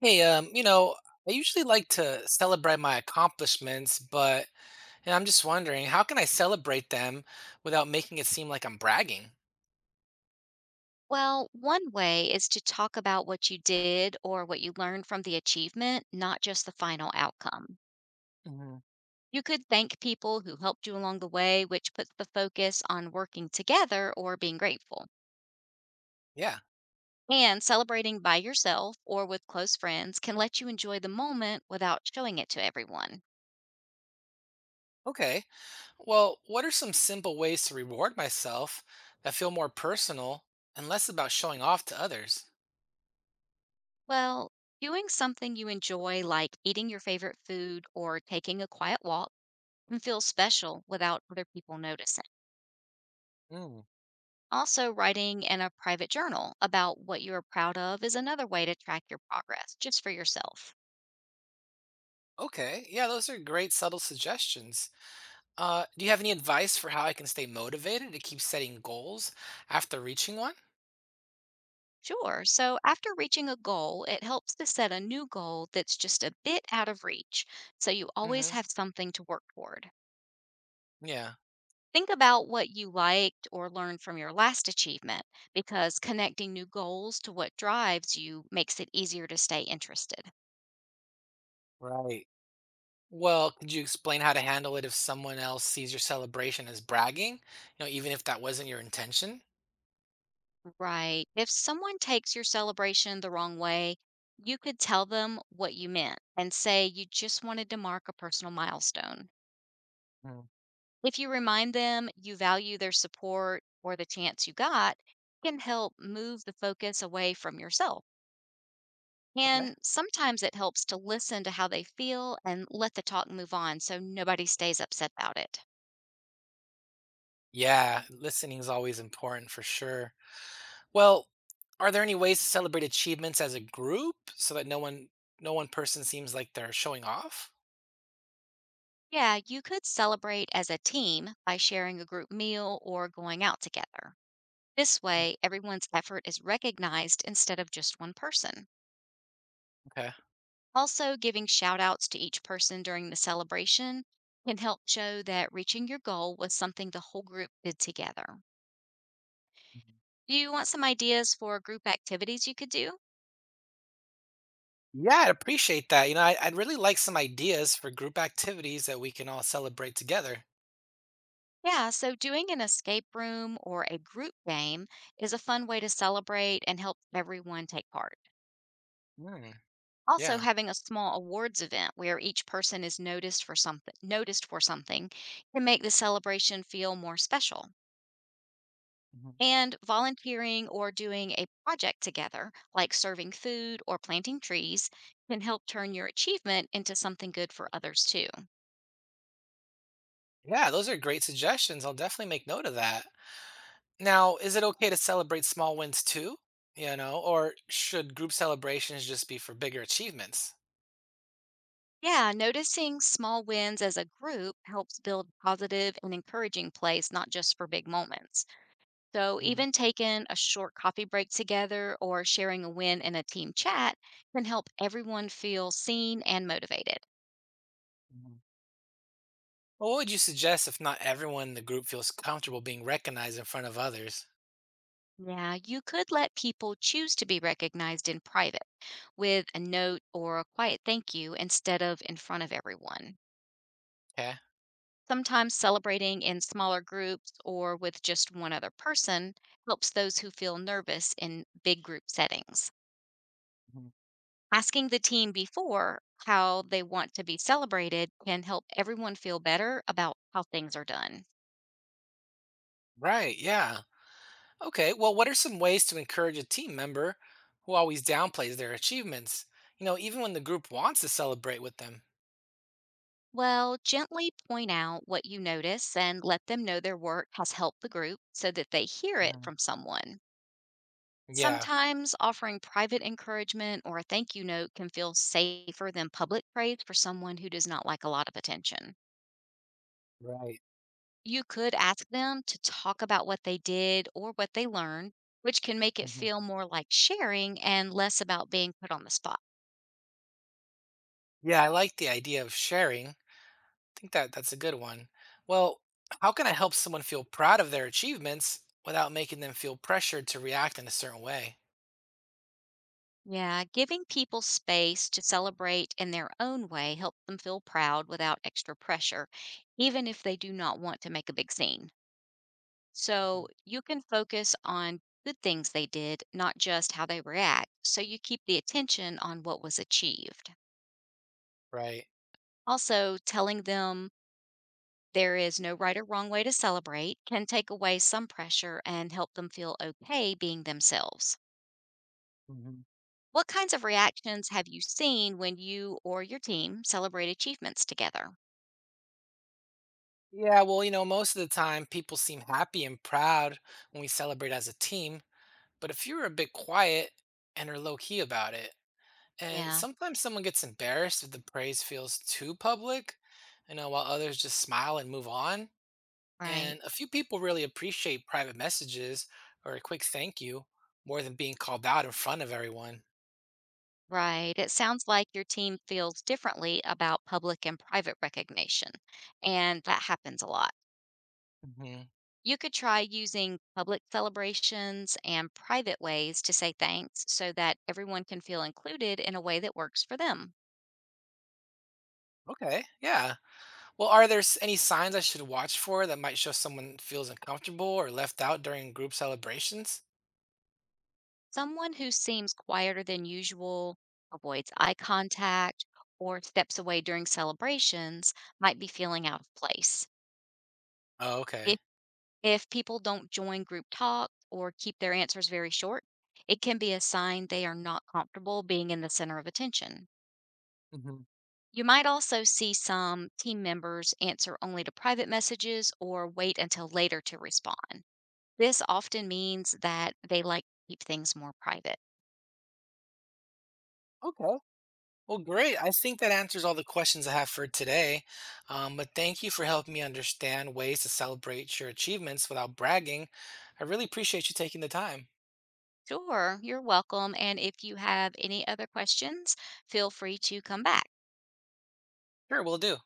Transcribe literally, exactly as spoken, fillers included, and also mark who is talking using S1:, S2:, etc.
S1: Hey, um, you know, I usually like to celebrate my accomplishments, but and I'm just wondering, how can I celebrate them without making it seem like I'm bragging?
S2: Well, one way is to talk about what you did or what you learned from the achievement, not just the final outcome.
S1: Hmm.
S2: You could thank people who helped you along the way, which puts the focus on working together or being grateful.
S1: Yeah,
S2: And celebrating by yourself or with close friends can let you enjoy the moment without showing it to everyone.
S1: okay. Well, what are some simple ways to reward myself that feel more personal and less about showing off to others?
S2: Well, doing something you enjoy, like eating your favorite food or taking a quiet walk, can feel special without other people noticing.
S1: Mm,
S2: Also, writing in a private journal about what you are proud of is another way to track your progress just for yourself.
S1: okay, yeah, those are great subtle suggestions. Uh, do you have any advice for how I can stay motivated to keep setting goals after reaching one?
S2: Sure. So, after reaching a goal, it helps to set a new goal that's just a bit out of reach. So, you always
S1: Hmm.
S2: have something to work toward.
S1: Yeah,
S2: Think about what you liked or learned from your last achievement because connecting new goals to what drives you makes it easier to stay interested.
S1: right. Well, could you explain how to handle it if someone else sees your celebration as bragging? You know, even if that wasn't your intention?
S2: Right. If someone takes your celebration the wrong way, you could tell them what you meant and say you just wanted to mark a personal milestone.
S1: Mm.
S2: If you remind them you value their support or the chance you got, it can help move the focus away from yourself.
S1: Okay.
S2: And sometimes it helps to listen to how they feel and let the talk move on so nobody stays upset about it.
S1: Yeah, listening is always important for sure. Well, are there any ways to celebrate achievements as a group so that no one no one person seems like they're showing off?
S2: Yeah, you could celebrate as a team by sharing a group meal or going out together. This way, everyone's effort is recognized instead of just one person.
S1: Okay.
S2: Also, giving shout outs to each person during the celebration can help show that reaching your goal was something the whole group did together.
S1: Mhm.
S2: Do you want some ideas for group activities you could do?
S1: Yeah, I'd appreciate that. You know, I, I'd really like some ideas for group activities that we can all celebrate together.
S2: Yeah, so doing an escape room or a group game is a fun way to celebrate and help everyone take part.
S1: Hmm.
S2: Also,
S1: Yeah.
S2: having a small awards event where each person is noticed for something noticed for something can make the celebration feel more special.
S1: Mhm.
S2: And volunteering or doing a project together, like serving food or planting trees, can help turn your achievement into something good for others too.
S1: Yeah, those are great suggestions. I'll definitely make note of that. Now, is it okay to celebrate small wins too? You know, or should group celebrations just be for bigger achievements?
S2: Yeah, noticing small wins as a group helps build positive and encouraging plays, not just for big moments. So,
S1: Mhm,
S2: even taking a short coffee break together or sharing a win in a team chat can help everyone feel seen and motivated.
S1: mhm. Well, what would you suggest if not everyone in the group feels comfortable being recognized in front of others?
S2: Yeah, you could let people choose to be recognized in private with a note or a quiet thank you instead of in front of everyone.
S1: Okay.
S2: Sometimes celebrating in smaller groups or with just one other person helps those who feel nervous in big group settings.
S1: Mhm.
S2: Asking the team before how they want to be celebrated can help everyone feel better about how things are done.
S1: Right. Yeah. Okay. Well, what are some ways to encourage a team member who always downplays their achievements? You know, even when the group wants to celebrate with them.
S2: Well, gently point out what you notice and let them know their work has helped the group so that they hear it
S1: Mhm,
S2: from someone.
S1: yeah.
S2: Sometimes offering private encouragement or a thank you note can feel safer than public praise for someone who does not like a lot of attention.
S1: Right.
S2: You could ask them to talk about what they did or what they learned, which can make it
S1: Mhm.
S2: feel more like sharing and less about being put on the spot.
S1: Yeah. I like the idea of sharing think that that's a good one. Well, how can I help someone feel proud of their achievements without making them feel pressured to react in a certain way?
S2: Yeah, giving people space to celebrate in their own way helps them feel proud without extra pressure, even if they do not want to make a big scene. So
S1: Mhm.
S2: you can focus on good things they did, not just how they react. So you keep the attention on what was achieved.
S1: Right.
S2: Also, telling them there is no right or wrong way to celebrate can take away some pressure and help them feel okay being themselves.
S1: Hmm.
S2: What kinds of reactions have you seen when you or your team celebrate achievements together?
S1: Yeah, well, you know, most of the time people seem happy and proud when we celebrate as a team, but if you're a bit quiet and are low key about it, and
S2: Yeah,
S1: sometimes someone gets embarrassed if the praise feels too public, you know, while others just smile and move on.
S2: right.
S1: And a few people really appreciate private messages or a quick thank you more than being called out in front of everyone.
S2: Right. It sounds like your team feels differently about public and private recognition, and that happens a lot.
S1: Hmm.
S2: You could try using public celebrations and private ways to say thanks so that everyone can feel included in a way that works for them.
S1: Okay, yeah. Well, are there s- any signs I should watch for that might show someone feels uncomfortable or left out during group celebrations?
S2: Someone who seems quieter than usual, avoids eye contact, or steps away during celebrations might be feeling out of place.
S1: Oh, okay.
S2: If, if people don't join group talk or keep their answers very short, it can be a sign they are not comfortable being in the center of attention.
S1: Hmm.
S2: You might also see some team members answer only to private messages or wait until later to respond. This often means that they like to keep things more private.
S1: Okay. Well, great. I think that answers all the questions I have for today. Um, but thank you for helping me understand ways to celebrate your achievements without bragging. I really appreciate you taking the time.
S2: Sure, you're welcome. And if you have any other questions, feel free to come back.
S1: Sure, we'll do.